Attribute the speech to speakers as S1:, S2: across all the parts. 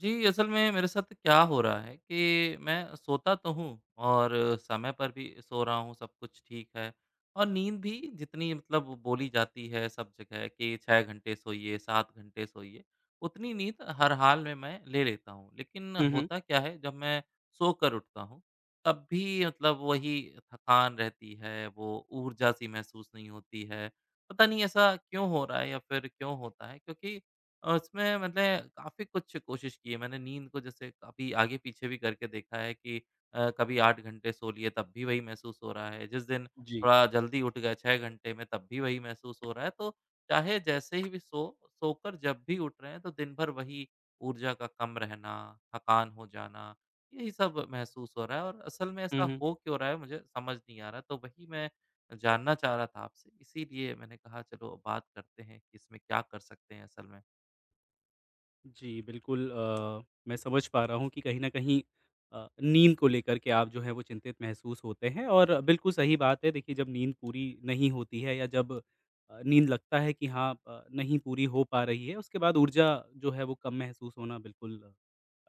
S1: जी, असल में मेरे साथ क्या हो रहा है कि मैं सोता तो हूँ और समय पर भी सो रहा हूँ, सब कुछ ठीक है और नींद भी जितनी मतलब बोली जाती है सब जगह कि 6 घंटे सोइए, 7 घंटे सोइए, उतनी नींद हर हाल में मैं ले लेता हूँ। लेकिन
S2: हुँ, हुँ।
S1: होता क्या है जब मैं सोकर उठता हूँ, तब भी मतलब वही थकान रहती है, वो ऊर्जा-सी महसूस नहीं होती है। पता नहीं ऐसा क्यों हो रहा है या फिर क्यों होता है, क्योंकि उसमें मैंने काफ़ी कुछ कोशिश की है। मैंने नींद को जैसे काफ़ी आगे-पीछे भी करके देखा है कि कभी 8 घंटे सो लिए, तब भी वही महसूस हो रहा है। जिस दिन
S2: जी।
S1: थोड़ा जल्दी उठ गए 6 घंटे में, तब भी वही महसूस हो रहा है। तो चाहे जैसे ही भी सोकर जब भी उठ रहे हैं, तो दिन भर वही ऊर्जा का कम रहना, थकान हो जाना, यही सब महसूस हो रहा है और असल में
S2: हुँ,
S1: ऐसा
S2: हुँ।
S1: हो क्यों रहा है, मुझे समझ नहीं आ रहा। तो वही मैं जानना चाह रहा था आपसे, इसीलिए मैंने कहा चलो बात करते हैं कि इसमें क्या कर सकते हैं असल में।
S2: जी, बिल्कुल। मैं समझ पा रहा हूँ कि कहीं न कहीं नींद को लेकर के आप जो हैं वो चिंतित महसूस होते हैं, और बिल्कुल सही बात है। देखिए, जब नींद पूरी नहीं होती है, या जब नींद लगता है कि हाँ, नहीं पूरी हो पा रही है, उसके बाद ऊर्जा जो है वो कम महसूस होना बिल्कुल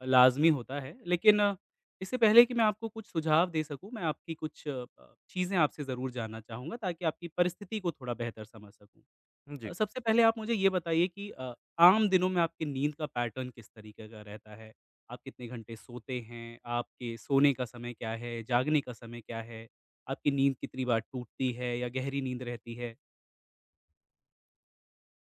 S2: लाज़मी होता है। लेकिन इससे पहले कि मैं आपको कुछ सुझाव दे सकूँ, मैं आपकी कुछ चीज़ें आपसे ज़रूर जानना चाहूँगा, ताकि आपकी परिस्थिति को थोड़ा बेहतर समझ सकूँ।
S1: जी।
S2: सबसे पहले आप मुझे ये बताइए कि आम दिनों में आपकी नींद का पैटर्न किस तरीके का रहता है? आप कितने घंटे सोते हैं? आपके सोने का समय क्या है? जागने का समय क्या है? आपकी नींद कितनी बार टूटती है, या गहरी नींद रहती है?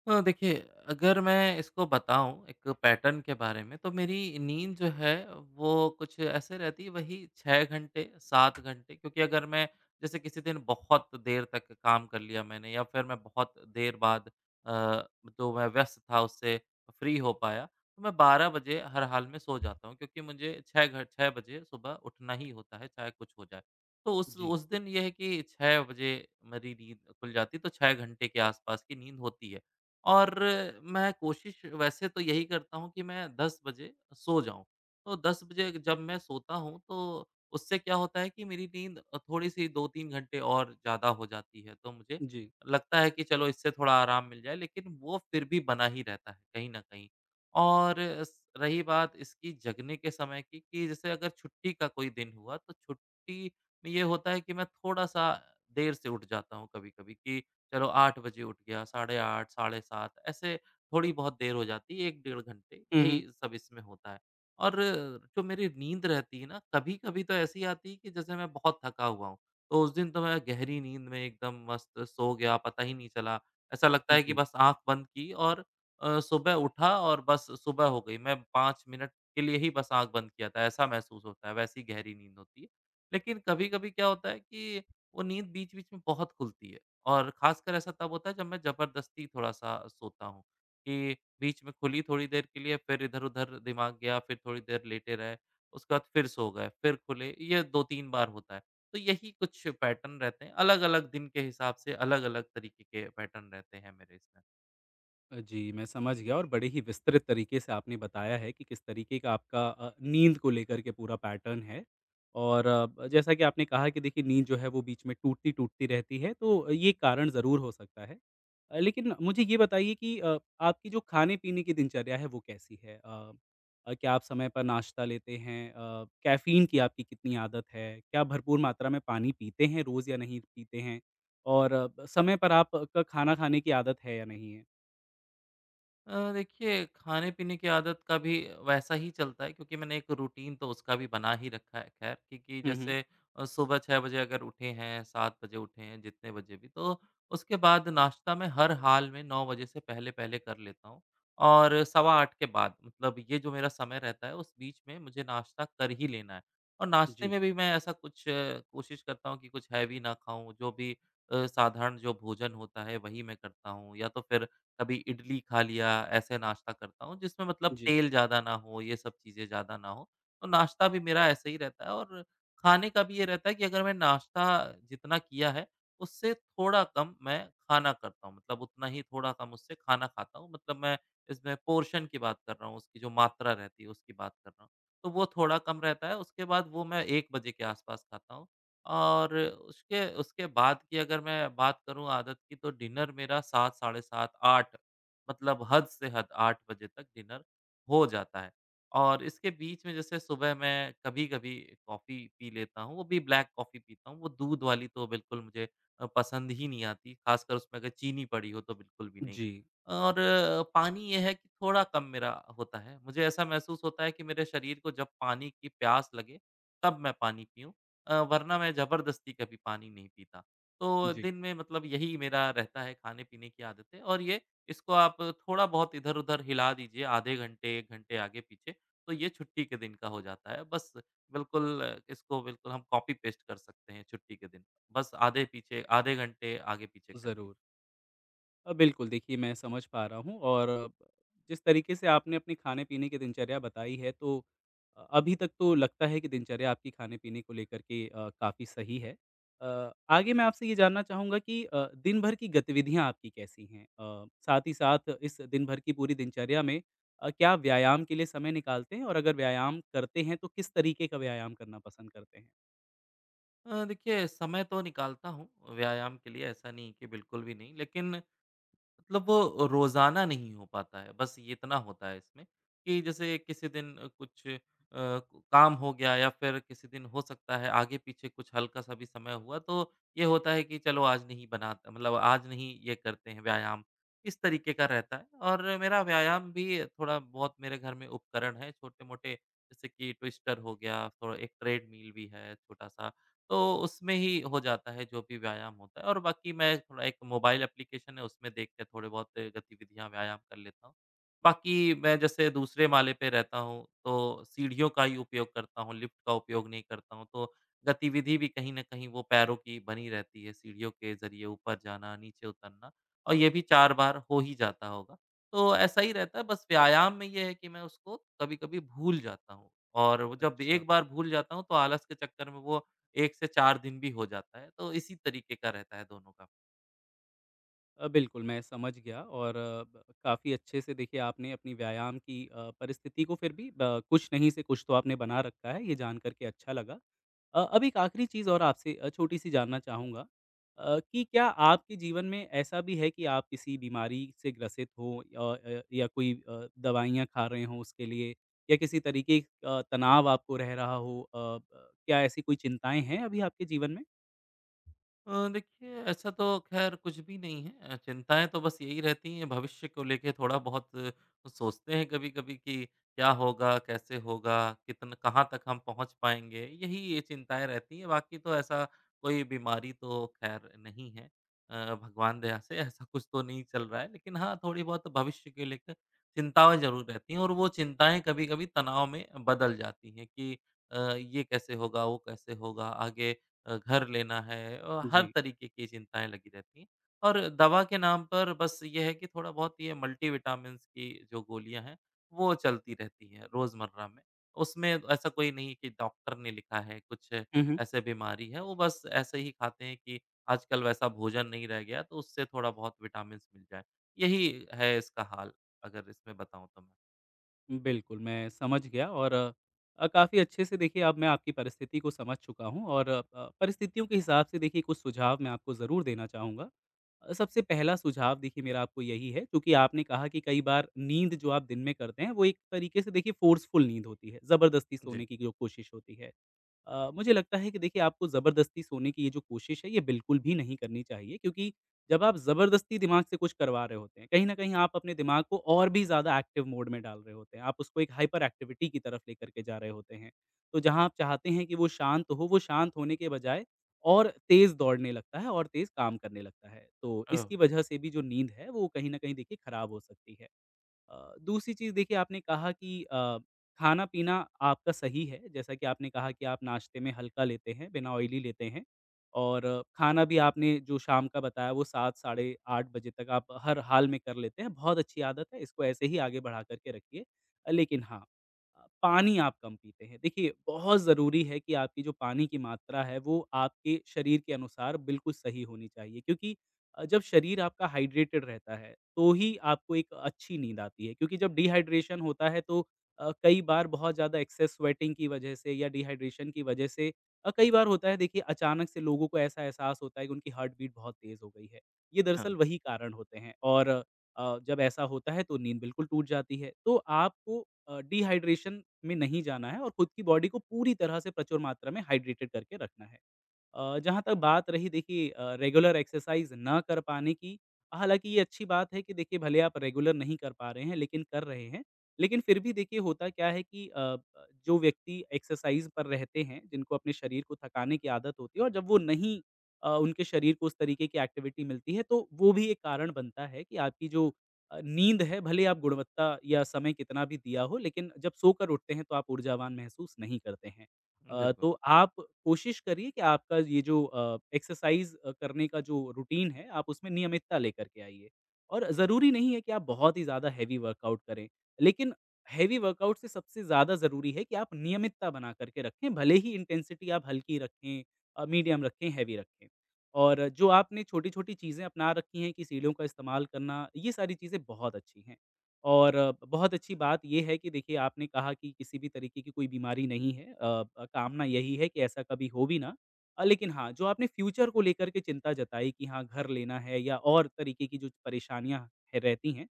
S1: देखिए, अगर मैं इसको बताऊँ एक पैटर्न के बारे में, तो मेरी नींद जो है वो कुछ ऐसे रहती है, वही 6 घंटे, 7 घंटे, क्योंकि अगर मैं जैसे किसी दिन बहुत देर तक काम कर लिया मैंने, या फिर मैं बहुत देर बाद अ, जो मैं व्यस्त था उससे फ्री हो पाया, तो मैं 12 बजे हर हाल में सो जाता हूँ, क्योंकि मुझे 6 बजे सुबह उठना ही होता है, चाहे कुछ हो जाए। तो उस
S2: जी,
S1: उस दिन ये है कि 6 बजे मेरी नींद खुल जाती है, तो 6 घंटे के आसपास की नींद होती है। और मैं कोशिश वैसे तो यही करता हूँ कि मैं 10 बजे सो जाऊँ। तो 10 बजे जब मैं सोता हूँ तो उससे क्या होता है कि मेरी नींद थोड़ी-सी 2-3 घंटे और ज़्यादा हो जाती है। तो मुझे
S2: जी।
S1: लगता है कि चलो इससे थोड़ा आराम मिल जाए, लेकिन वो फिर भी बना ही रहता है कहीं न कहीं। और स रही बात इसकी जगने के समय की, कि जैसे अगर छुट्टी का कोई दिन हुआ तो छुट्टी में ये होता है कि मैं थोड़ा-सा देर से उठ जाता हूँ कभी-कभी, कि चलो 8 बजे उठ गया, साढ़े 8, साढ़े 7, ऐसे थोड़ी बहुत देर हो जाती है, 1 डेढ़ घंटे,
S2: हुँ,
S1: यही
S2: हुँ।
S1: सब इसमें होता है। और जो मेरी नींद रहती है ना, कभी-कभी तो ऐसी आती है कि जैसे मैं बहुत थका हुआ हूँ, तो उस दिन तो मैं गहरी नींद में एकदम मस्त सो गया, पता ही नहीं चला। ऐसा लगता है कि
S2: जी।
S1: बस आँख बंद की और सुबह उठा और बस सुबह हो गई। मैं 5 मिनट के लिए ही बस आँख बंद किया था, ऐसा महसूस होता है, वैसी गहरी नींद होती है। लेकिन कभी-कभी क्या होता है कि वो नींद बीच-बीच में बहुत खुलती है। और ख़ासकर ऐसा तब होता है जब मैं ज़बरदस्ती थोड़ा-सा सोता हूँ, कि बीच में खुली थोड़ी देर के लिए, फिर इधर-उधर दिमाग गया, फिर थोड़ी देर लेटे रहे, उसके बाद फिर सो गए, फिर खुले, ये 2-3 बार होता है। तो यही कुछ पैटर्न रहते हैं, अलग-अलग दिन के हिसाब से अलग-अलग तरीके के पैटर्न रहते हैं मेरे इसमें।
S2: जी, मैं समझ गया। और बड़े ही विस्तृत तरीके से आपने बताया है कि किस तरीके का आपका नींद को लेकर के पूरा पैटर्न है। और जैसा कि आपने कहा कि देखिए नींद जो है वो बीच में टूटती-टूटती रहती है, तो ये कारण ज़रूर हो सकता है। लेकिन मुझे ये बताइए कि आपकी जो खाने-पीने की दिनचर्या है वो कैसी है? क्या आप समय पर नाश्ता लेते हैं? कैफ़ीन की आपकी कितनी आदत है? क्या भरपूर मात्रा में पानी पीते हैं रोज़, या नहीं पीते हैं? और ब समय पर आप का खाना खाने की आदत है या नहीं है?
S1: देखिए, खाने-पीने की आदत का भी वैसा ही चलता है, क्योंकि मैंने एक रूटीन तो उसका भी बना ही रखा है खैर, क्योंकि
S2: हुँ, हुँ।
S1: जैसे सुबह 6 बजे अगर उठे हैं, 7 बजे उठे हैं, जितने बजे भी, तो उसके बाद नाश्ता मैं हर हाल में 9 बजे से पहले-पहले कर लेता हूँ, और सवा 8 के बाद मतलब ये जो मेरा समय रहता है, उस बीच में मुझे नाश्ता कर ही लेना है। और नाश्ते
S2: जी,
S1: में भी मैं ऐसा कुछ कोशिश करता हूँ कि कुछ हैवी ना खाऊँ, जो भी साधारण जो भोजन होता है वही मैं करता हूँ, या तो फिर कभी इडली खा लिया, ऐसे नाश्ता करता हूँ, जिसमें मतलब
S2: जी।
S1: तेल ज़्यादा ना हो, ये सब चीज़ें ज़्यादा ना हो। तो नाश्ता भी मेरा ऐसे ही रहता है और खाने का भी ये रहता है कि अगर मैं नाश्ता जितना किया है, उससे थोड़ा कम मैं खाना करता हूँ। मतलब उतना ही थोड़ा कम उससे खाना खाता हूँ। मतलब मैं इसमें पोर्शन की बात कर रहा हूँ, उसकी जो मात्रा रहती है, उसकी बात कर रहा हूँ। तो वो थोड़ा कम रहता है, उसके बाद वो मैं 1 बजे के आसपास खाता हूँ। और उसके उसके बाद की अगर मैं बात करूँ आदत की, तो डिनर मेरा 7, साढ़े 7, 8, मतलब हद से हद 8 बजे तक डिनर हो जाता है। और इसके बीच में जैसे सुबह मैं कभी-कभी कॉफ़ी पी लेता हूँ, वो भी ब्लैक कॉफ़ी पीता हूँ, वो दूध वाली तो बिल्कुल मुझे पसंद ही नहीं आती, ख़ासकर उसमें अगर चीनी पड़ी हो तो बिल्कुल भी नहीं।
S2: जी,
S1: और पानी ये है कि थोड़ा कम मेरा होता है, मुझे ऐसा महसूस होता है कि मेरे शरीर को जब पानी की प्यास लगे, तब मैं पानी पीऊँ। वरना मैं ज़बरदस्ती कभी पानी नहीं पीता। तो
S2: जी,
S1: दिन में मतलब यही मेरा रहता है खाने-पीने की आदतें, और ये इसको आप थोड़ा-बहुत इधर-उधर हिला दीजिए आधे घंटे, 1 घंटे आगे-पीछे, तो ये छुट्टी के दिन का हो जाता है। बस बिल्कुल, इसको बिल्कुल हम कॉपी-पेस्ट कर सकते हैं छुट्टी के दिन। बस आधे घंटे आगे-पीछे करके।
S2: ज़रूर। बिल्कुल। देखिए, मैं समझ पा रहा हूँ, और जिस तरीके से आपने अपने खाने-पीने की दिनचर्या बताई है, तो अभी तक तो लगता है कि दिनचर्या आपकी खाने-पीने को लेकर के काफ़ी सही है। आगे मैं आपसे ये जानना चाहूँगा कि दिन भर की गतिविधियाँ आपकी कैसी हैं? साथ ही साथ इस दिन भर की पूरी दिनचर्या में क्या आप व्यायाम के लिए समय निकालते हैं? और अगर व्यायाम करते हैं तो किस तरीके का व्यायाम करना पसंद करते हैं?
S1: देखिए, समय तो निकालता हूँ व्यायाम के लिए, ऐसा नहीं कि बिल्कुल भी नहीं। लेकिन मतलब वो रोज़ाना नहीं हो पाता है, बस ये इतना होता है इसमें कि जैसे किसी दिन कुछ काम हो गया, या फिर किसी दिन हो सकता है आगे-पीछे कुछ हल्का-सा भी समय हुआ, तो ये होता है कि चलो आज नहीं बनाता, मतलब आज नहीं ये करते हैं व्यायाम, इस तरीके का रहता है। और मेरा व्यायाम भी थोड़ा बहुत, मेरे घर में उपकरण है छोटे-मोटे, जैसे कि ट्विस्टर हो गया, थोड़ा एक ट्रेडमिल भी है छोटा-सा, तो उसमें ही हो जाता है जो भी व्यायाम होता है, और बाकी मैं थोड़ा एक मोबाइल एप्लीकेशन है, उसमें देख के थोड़े बहुत गतिविधियाँ व्यायाम कर लेता हूँ। बाकी मैं जैसे दूसरे माले पे रहता हूँ तो सीढ़ियों का ही उपयोग करता हूँ, लिफ्ट का उपयोग नहीं करता हूँ। तो गतिविधि भी कहीं न कहीं वो पैरों की बनी रहती है, सीढ़ियों के ज़रिए ऊपर जाना, नीचे उतरना, और ये भी 4 बार हो ही जाता होगा। तो ऐसा ही रहता है, बस व्यायाम में ये है कि मैं उसको कभी-कभी भूल जाता हूँ, और वो जब
S2: अच्छा।
S1: एक बार भूल जाता हूँ तो आलस के चक्कर में वो 1 से 4 दिन भी हो जाता है, तो इसी तरीके का रहता है दोनों का।
S2: बिल्कुल, मैं समझ गया। और ब काफ़ी अच्छे से देखिए, आपने अपनी व्यायाम की परिस्थिति को फिर भी ब कुछ नहीं से कुछ तो आपने बना रखा है, ये जान कर के अच्छा लगा। अब एक आखिरी चीज़ और आपसे छोटी-सी जानना चाहूँगा, कि क्या आपके जीवन में ऐसा भी है कि आप किसी बीमारी से ग्रसित हो, या कोई दवाइयाँ खा रहे हों उसके लिए, या किसी तरीके का तनाव आपको रह रहा हो? अ, ब क्या ऐसी कोई चिंताएँ हैं अभी आपके जीवन में?
S1: देखिए, ऐसा तो ख़ैर कुछ भी नहीं है। चिंताएँ तो बस यही रहती हैं भविष्य को लेके, थोड़ा बहुत सोचते हैं कभी-कभी कि क्या होगा, कैसे होगा, कितना कहाँ तक हम पहुँच पाएँगे, यही ये चिंताएँ रहती हैं, बाकी तो ऐसा कोई बीमारी तो ख़ैर नहीं है। भगवान दया से ऐसा कुछ तो नहीं चल रहा है, लेकिन हाँ, थोड़ी बहुत भविष्य को लेकर चिंताएँ ज़रूर रहती हैं, और वो चिंताएँ कभी-कभी तनाव में बदल जाती हैं कि ये कैसे होगा, वो कैसे होगा, आगे घर लेना है, हर
S2: जी।
S1: तरीके की चिंताएँ लगी रहती हैं। और दवा के नाम पर बस ये है कि थोड़ा बहुत ये मल्टीविटामिन्स की जो गोलियाँ हैं, वो चलती रहती हैं रोज़मर्रा में। उसमें ऐसा कोई नहीं है कि डॉक्टर ने लिखा है, कुछ
S2: हुँ, हुँ।
S1: ऐसे बीमारी है, वो बस ऐसे ही खाते हैं कि आजकल वैसा भोजन नहीं रह गया तो उससे थोड़ा बहुत विटामिन्स मिल जाए। यही है इसका हाल, अगर इसमें बताऊँ तो मैं।
S2: बिल्कुल, मैं समझ गया। और काफ़ी अच्छे से देखिए, अब मैं आपकी परिस्थिति को समझ चुका हूँ, और परिस्थितियों के हिसाब से देखिए कुछ सुझाव मैं आपको ज़रूर देना चाहूँगा। सबसे पहला सुझाव देखिए मेरा आपको यही है क्योंकि आपने कहा कि कई बार नींद जो आप दिन में करते हैं, वो एक तरीके से देखिए फ़ोर्सफुल नींद होती है, ज़बरदस्ती
S1: जी।
S2: सोने की जो कोशिश होती है। मुझे लगता है कि देखिए आपको ज़बरदस्ती सोने की ये जो कोशिश है, ये बिल्कुल भी नहीं करनी चाहिए, क्योंकि जब आप ज़बरदस्ती दिमाग से कुछ करवा रहे होते हैं, कहीं न कहीं आप अपने दिमाग को और भी ज़्यादा एक्टिव मोड में डाल रहे होते हैं। आप उसको एक हाइपर एक्टिविटी की तरफ लेकर के जा रहे होते हैं। तो जहाँ आप चाहते हैं कि वो शांत हो, वो शांत होने के बजाय और तेज़ दौड़ने लगता है, और तेज़ काम करने लगता है। तो
S1: ओह!
S2: इसकी वजह से भी जो नींद है वो कहीं न कहीं देखिए खराब हो सकती है। दूसरी चीज़, देखिए आपने कहा कि खाना-पीना आपका सही है। जैसा कि आपने कहा कि आप नाश्ते में हल्का लेते हैं, बिना ऑयली लेते हैं, और खाना भी आपने जो शाम का बताया वो 7, साढ़े 8 बजे तक आप हर हाल में कर लेते हैं, बहुत अच्छी आदत है, इसको ऐसे ही आगे बढ़ा कर के रखिए। लेकिन हाँ, पानी आप कम पीते हैं। देखिए, बहुत ज़रूरी है कि आपकी जो पानी की मात्रा है वो आपके शरीर के अनुसार बिल्कुल सही होनी चाहिए, क्योंकि जब शरीर आपका हाइड्रेटेड रहता है, तो ही आपको एक अच्छी नींद आती है। क्योंकि जब डिहाइड्रेशन होता है, तो कई बार बहुत ज़्यादा एक्सेस स्वेटिंग की वजह से, या डिहाइड्रेशन की वजह से कई बार होता है देखिए अचानक से लोगों को ऐसा एहसास होता है कि उनकी हार्ट बीट बहुत तेज़ हो गई है। ये
S1: हाँ,
S2: दरअसल वही कारण होते हैं, और जब ऐसा होता है तो नींद बिल्कुल टूट जाती है। तो आपको डिहाइड्रेशन में नहीं जाना है, और खुद की बॉडी को पूरी तरह से प्रचुर मात्रा में हाइड्रेटेड करके रखना है। जहाँ तक बात रही देखिए रेगुलर एक्सरसाइज़ ना कर पाने की, हालाँकि ये अच्छी बात है कि देखिए भले आप रेगुलर नहीं कर पा रहे हैं, लेकिन कर रहे हैं। लेकिन फिर भी देखिए होता क्या है कि अ, ब जो व्यक्ति एक्सरसाइज़ पर रहते हैं, जिनको अपने शरीर को थकाने की आदत होती है, और जब वो नहीं, उनके शरीर को उस तरीके की एक्टिविटी मिलती है, तो वो भी एक कारण बनता है कि आपकी जो नींद है, भले आप गुणवत्ता या समय कितना भी दिया हो, लेकिन जब सोकर उठते हैं तो आप ऊर्जावान महसूस नहीं करते हैं।
S1: बिल्कुल।
S2: तो आप कोशिश करिए कि आपका ये जो एक्सरसाइज़ करने का जो रूटीन है, आप उसमें नियमितता लेकर के आइए। और ज़रूरी नहीं है कि आप बहुत ही ज़्यादा हेवी वर्कआउट करें, लेकिन हेवी वर्कआउट से सबसे ज़्यादा ज़रूरी है कि आप नियमितता बना करके रखें, भले ही इंटेंसिटी आप हल्की रखें, मीडियम रखें, हेवी रखें। और जो आपने छोटी-छोटी चीज़ें अपना रखी हैं कि सीढ़ियों का इस्तेमाल करना, ये सारी चीज़ें बहुत अच्छी हैं। और बहुत अच्छी बात ये है कि देखिए आपने कहा कि किसी भी तरीके की कोई बीमारी नहीं है, कामना यही है कि ऐसा कभी हो भी ना। लेकिन हाँ, जो आपने फ्यूचर को लेकर के चिंता जताई कि हाँ घर लेना है, या और तरीके की जो परेशानियाँ है रहती हैं,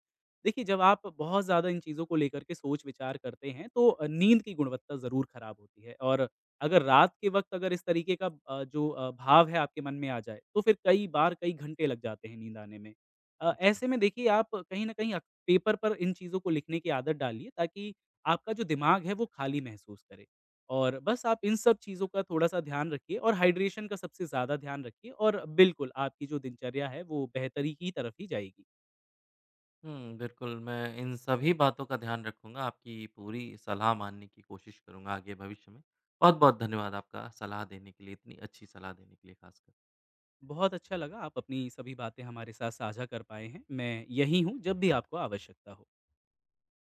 S2: देखिए जब आप बहुत ज़्यादा इन चीज़ों को लेकर के सोच विचार करते हैं, तो नींद की गुणवत्ता ज़रूर खराब होती है। और अगर रात के वक्त अगर इस तरीके का जो भाव है आपके मन में आ जाए, तो फिर कई बार कई घंटे लग जाते हैं नींद आने में। ऐसे में देखिए आप कहीं ना कहीं पेपर पर इन चीज़ों को लिखने की आदत डालिए, ताकि आपका जो दिमाग है वो खाली महसूस करे। और बस आप इन सब चीज़ों का थोड़ा-सा ध्यान रखिए, और हाइड्रेशन का सबसे ज़्यादा ध्यान रखिए, और बिल्कुल आपकी जो दिनचर्या है वो बेहतरी की तरफ ही जाएगी।
S1: हुँ, बिल्कुल, मैं इन सभी बातों का ध्यान रखूँगा, आपकी पूरी सलाह मानने की कोशिश करूँगा आगे भविष्य में।
S2: जी,
S1: बहुत-बहुत धन्यवाद आपका सलाह देने के लिए, इतनी अच्छी सलाह देने के लिए खासकर।
S2: बहुत अच्छा लगा आप अपनी सभी बातें हमारे साथ साझा कर पाए हैं। मैं यहीं हूँ जब भी आपको आवश्यकता हो।